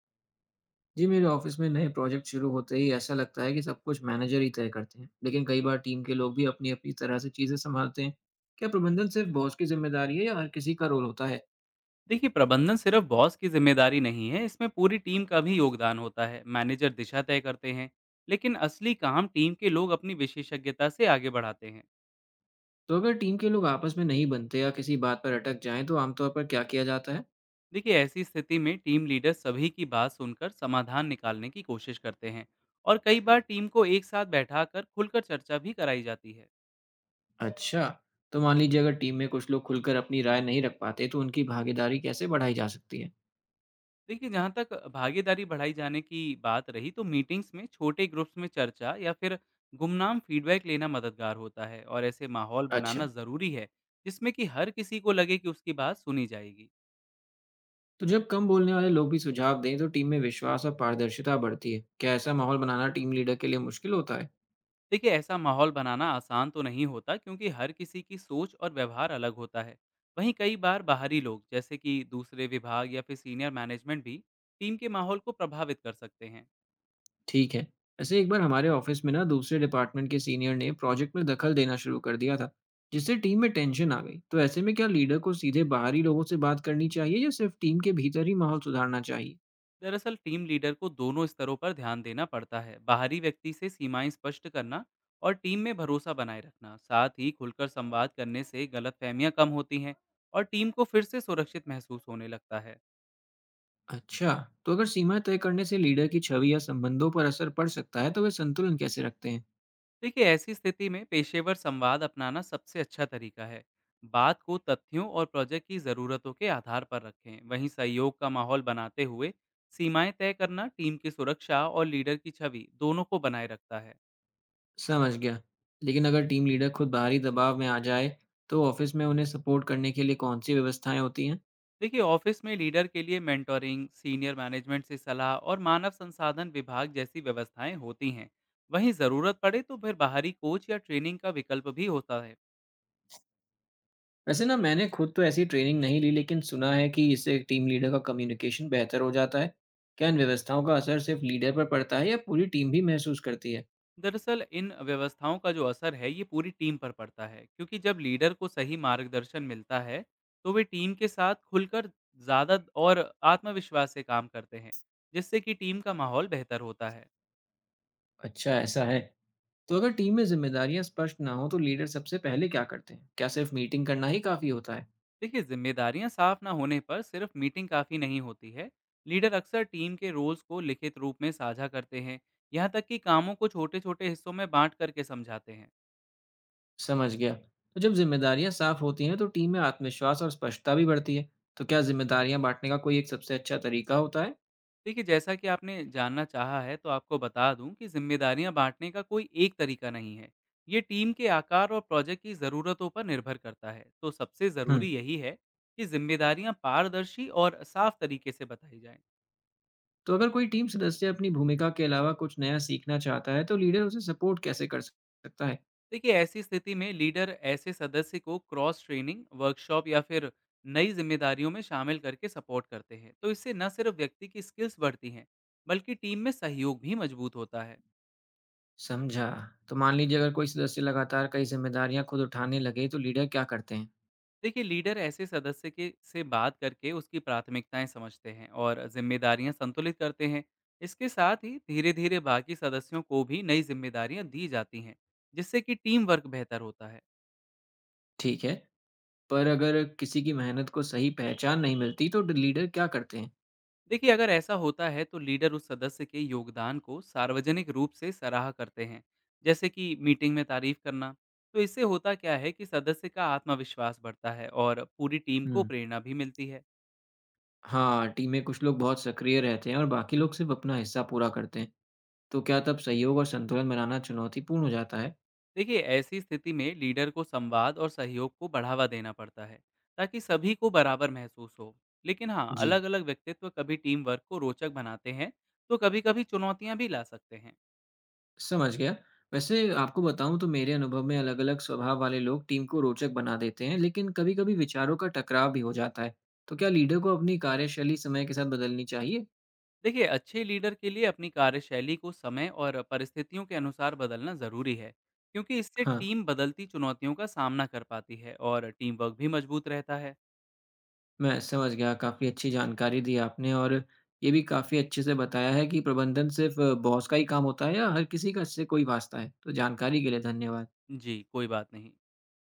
जी, मेरे ऑफिस में नए प्रोजेक्ट शुरू होते ही ऐसा लगता है कि सब कुछ मैनेजर ही तय करते हैं, लेकिन कई बार टीम के लोग भी अपनी-अपनी तरह से चीजें संभालते हैं। क्या प्रबंधन सिर्फ बॉस की जिम्मेदारी है या हर किसी का रोल होता है? देखिए प्रबंधन सिर्फ बॉस की जिम्मेदारी नहीं है। इसमें पूरी टीम का भी योगदान होता है। मैनेजर दिशा तय करते हैं, लेकिन असली काम टीम के लोग अपनी विशेषज्ञता से आगे बढ़ाते हैं। तो अगर टीम के लोग आपस में नहीं बनते या किसी बात पर अटक जाएं, तो आमतौर पर क्या किया जाता है? देखिए ऐसी स्थिति में टीम लीडर सभी की बात सुनकर समाधान निकालने की कोशिश करते हैं, और कई बार टीम को एक साथ बैठाकर खुलकर चर्चा भी कराई जाती है। अच्छा। तो मान लीजिए, अगर टीम में कुछ लोग खुलकर अपनी राय नहीं रख पाते, तो उनकी भागीदारी कैसे बढ़ाई जा सकती है? देखिए, जहाँ तक भागीदारी बढ़ाई जाने की बात रही, तो मीटिंग्स में छोटे ग्रुप्स में चर्चा या फिर गुमनाम फीडबैक लेना मददगार होता है, और ऐसे माहौल अच्छा। बनाना ज़रूरी है जिसमें कि हर किसी को लगे कि उसकी बात सुनी जाएगी। तो जब कम बोलने वाले लोग भी सुझाव दें, तो टीम में विश्वास और पारदर्शिता बढ़ती है। क्या ऐसा माहौल बनाना टीम लीडर के लिए मुश्किल होता है? देखिए ऐसा माहौल बनाना आसान तो नहीं होता, क्योंकि हर किसी की सोच और व्यवहार अलग होता है। वहीं कई बार बाहरी लोग, जैसे कि दूसरे विभाग या फिर सीनियर मैनेजमेंट, भी टीम के माहौल को प्रभावित कर सकते हैं। ठीक है। ऐसे एक बार हमारे ऑफिस में ना दूसरे डिपार्टमेंट के सीनियर ने प्रोजेक्ट में दखल देना शुरू कर दिया था, जिससे टीम में टेंशन आ गई। तो ऐसे में क्या लीडर को सीधे बाहरी लोगों से बात करनी चाहिए या सिर्फ टीम के भीतर ही माहौल सुधारना चाहिए? दरअसल टीम लीडर को दोनों स्तरों पर ध्यान देना पड़ता है। बाहरी व्यक्ति से सीमाएं स्पष्ट करना और टीम में भरोसा बनाए रखना, साथ ही खुलकर संवाद करने से गलतफहमियां कम होती हैं और टीम को फिर से सुरक्षित महसूस होने लगता है। अच्छा। तो अगर सीमाएं तय करने से लीडर की छवि या संबंधों पर असर पड़ सकता है, तो वे संतुलन कैसे रखते हैं? देखिए ऐसी स्थिति में पेशेवर संवाद अपनाना सबसे अच्छा तरीका है। बात को तथ्यों और प्रोजेक्ट की ज़रूरतों के आधार पर रखें। वहीं सहयोग का माहौल बनाते हुए सीमाएं तय करना टीम की सुरक्षा और लीडर की छवि दोनों को बनाए रखता है। समझ गया। लेकिन अगर टीम लीडर खुद बाहरी दबाव में आ जाए, तो ऑफिस में उन्हें सपोर्ट करने के लिए कौन सी व्यवस्थाएं होती हैं? देखिए ऑफिस में लीडर के लिए मेंटोरिंग, सीनियर मैनेजमेंट से सलाह और मानव संसाधन विभाग जैसी व्यवस्थाएं होती हैं। वहीं ज़रूरत पड़े तो फिर बाहरी कोच या ट्रेनिंग का विकल्प भी होता है। वैसे ना, मैंने खुद तो ऐसी ट्रेनिंग नहीं ली, लेकिन सुना है कि इससे टीम लीडर का कम्युनिकेशन बेहतर हो जाता है। क्या इन व्यवस्थाओं का असर सिर्फ लीडर पर पड़ता है या पूरी टीम भी महसूस करती है? दरअसल इन व्यवस्थाओं का जो असर है, ये पूरी टीम पर पड़ता है, क्योंकि जब लीडर को सही मार्गदर्शन मिलता है, तो वे टीम के साथ खुलकर, ज़्यादा और आत्मविश्वास से काम करते हैं, जिससे कि टीम का माहौल बेहतर होता है। अच्छा, ऐसा है। तो अगर टीम में जिम्मेदारियां स्पष्ट ना हो, तो लीडर सबसे पहले क्या करते हैं? क्या सिर्फ मीटिंग करना ही काफी होता है? देखिए जिम्मेदारियां साफ ना होने पर सिर्फ मीटिंग काफ़ी नहीं होती है। लीडर अक्सर टीम के रोल्स को लिखित रूप में साझा करते हैं, यहाँ तक कि कामों को छोटे छोटे हिस्सों में बांट करके समझाते हैं। समझ गया। तो जब जिम्मेदारियां साफ होती हैं, तो टीम में आत्मविश्वास और स्पष्टता भी बढ़ती है। तो क्या जिम्मेदारियां बांटने का कोई एक सबसे अच्छा तरीका होता है? देखिए जैसा कि आपने जानना चाहा है, तो आपको बता दूं कि जिम्मेदारियां बांटने का कोई एक तरीका नहीं है। ये टीम के आकार और प्रोजेक्ट की ज़रूरतों पर निर्भर करता है। तो सबसे हम्म। ज़रूरी यही है कि जिम्मेदारियां पारदर्शी और साफ तरीके से बताई जाएं। तो अगर कोई टीम सदस्य अपनी भूमिका के अलावा कुछ नया सीखना चाहता है, तो लीडर उसे सपोर्ट कैसे कर सकता है? देखिए ऐसी स्थिति में लीडर ऐसे सदस्य को क्रॉस ट्रेनिंग, वर्कशॉप या फिर नई जिम्मेदारियों में शामिल करके सपोर्ट करते हैं। तो इससे न सिर्फ व्यक्ति की स्किल्स बढ़ती हैं, बल्कि टीम में सहयोग भी मजबूत होता है। समझा। तो मान लीजिए, अगर कोई सदस्य लगातार कई जिम्मेदारियां खुद उठाने लगे, तो लीडर क्या करते हैं? देखिए लीडर ऐसे सदस्य के से बात करके उसकी प्राथमिकताएं समझते हैं और जिम्मेदारियां संतुलित करते हैं। इसके साथ ही धीरे धीरे बाकी सदस्यों को भी नई जिम्मेदारियां दी जाती हैं, जिससे कि टीम वर्क बेहतर होता है। ठीक है। पर अगर किसी की मेहनत को सही पहचान नहीं मिलती, तो लीडर क्या करते हैं? देखिए अगर ऐसा होता है, तो लीडर उस सदस्य के योगदान को सार्वजनिक रूप से सराहा करते हैं, जैसे कि मीटिंग में तारीफ करना। तो इससे होता क्या है कि सदस्य का आत्मविश्वास बढ़ता है और पूरी टीम को हम्म। प्रेरणा भी मिलती है। हाँ, टीम में कुछ लोग बहुत सक्रिय रहते हैं और बाकी लोग सिर्फ अपना हिस्सा पूरा करते हैं। तो क्या तब सहयोग और संतुलन बनाना चुनौतीपूर्ण हो जाता है? देखिए ऐसी स्थिति में लीडर को संवाद और सहयोग को बढ़ावा देना पड़ता है, ताकि सभी को बराबर महसूस हो। लेकिन हाँ, जी। अलग अलग व्यक्तित्व कभी टीम वर्क को रोचक बनाते हैं, तो कभी कभी चुनौतियां भी ला सकते हैं। समझ गया। वैसे आपको बताऊँ, तो मेरे अनुभव में अलग-अलग स्वभाव वाले लोग टीम को रोचक बना देते हैं, लेकिन कभी-कभी विचारों का टकराव भी हो जाता है। तो क्या लीडर को अपनी कार्यशैली समय के साथ बदलनी चाहिए? देखिए अच्छे लीडर के लिए अपनी कार्यशैली को समय और परिस्थितियों के अनुसार बदलना ज़रूरी है, क्योंकि इससे हाँ, टीम बदलती चुनौतियों का सामना कर पाती है और टीम वर्क भी मजबूत रहता है। मैं समझ गया। काफ़ी अच्छी जानकारी दी आपने, और ये भी काफ़ी अच्छे से बताया है कि प्रबंधन सिर्फ़ बॉस का ही काम होता है या हर किसी का इससे कोई वास्ता है। तो जानकारी के लिए धन्यवाद। जी कोई बात नहीं।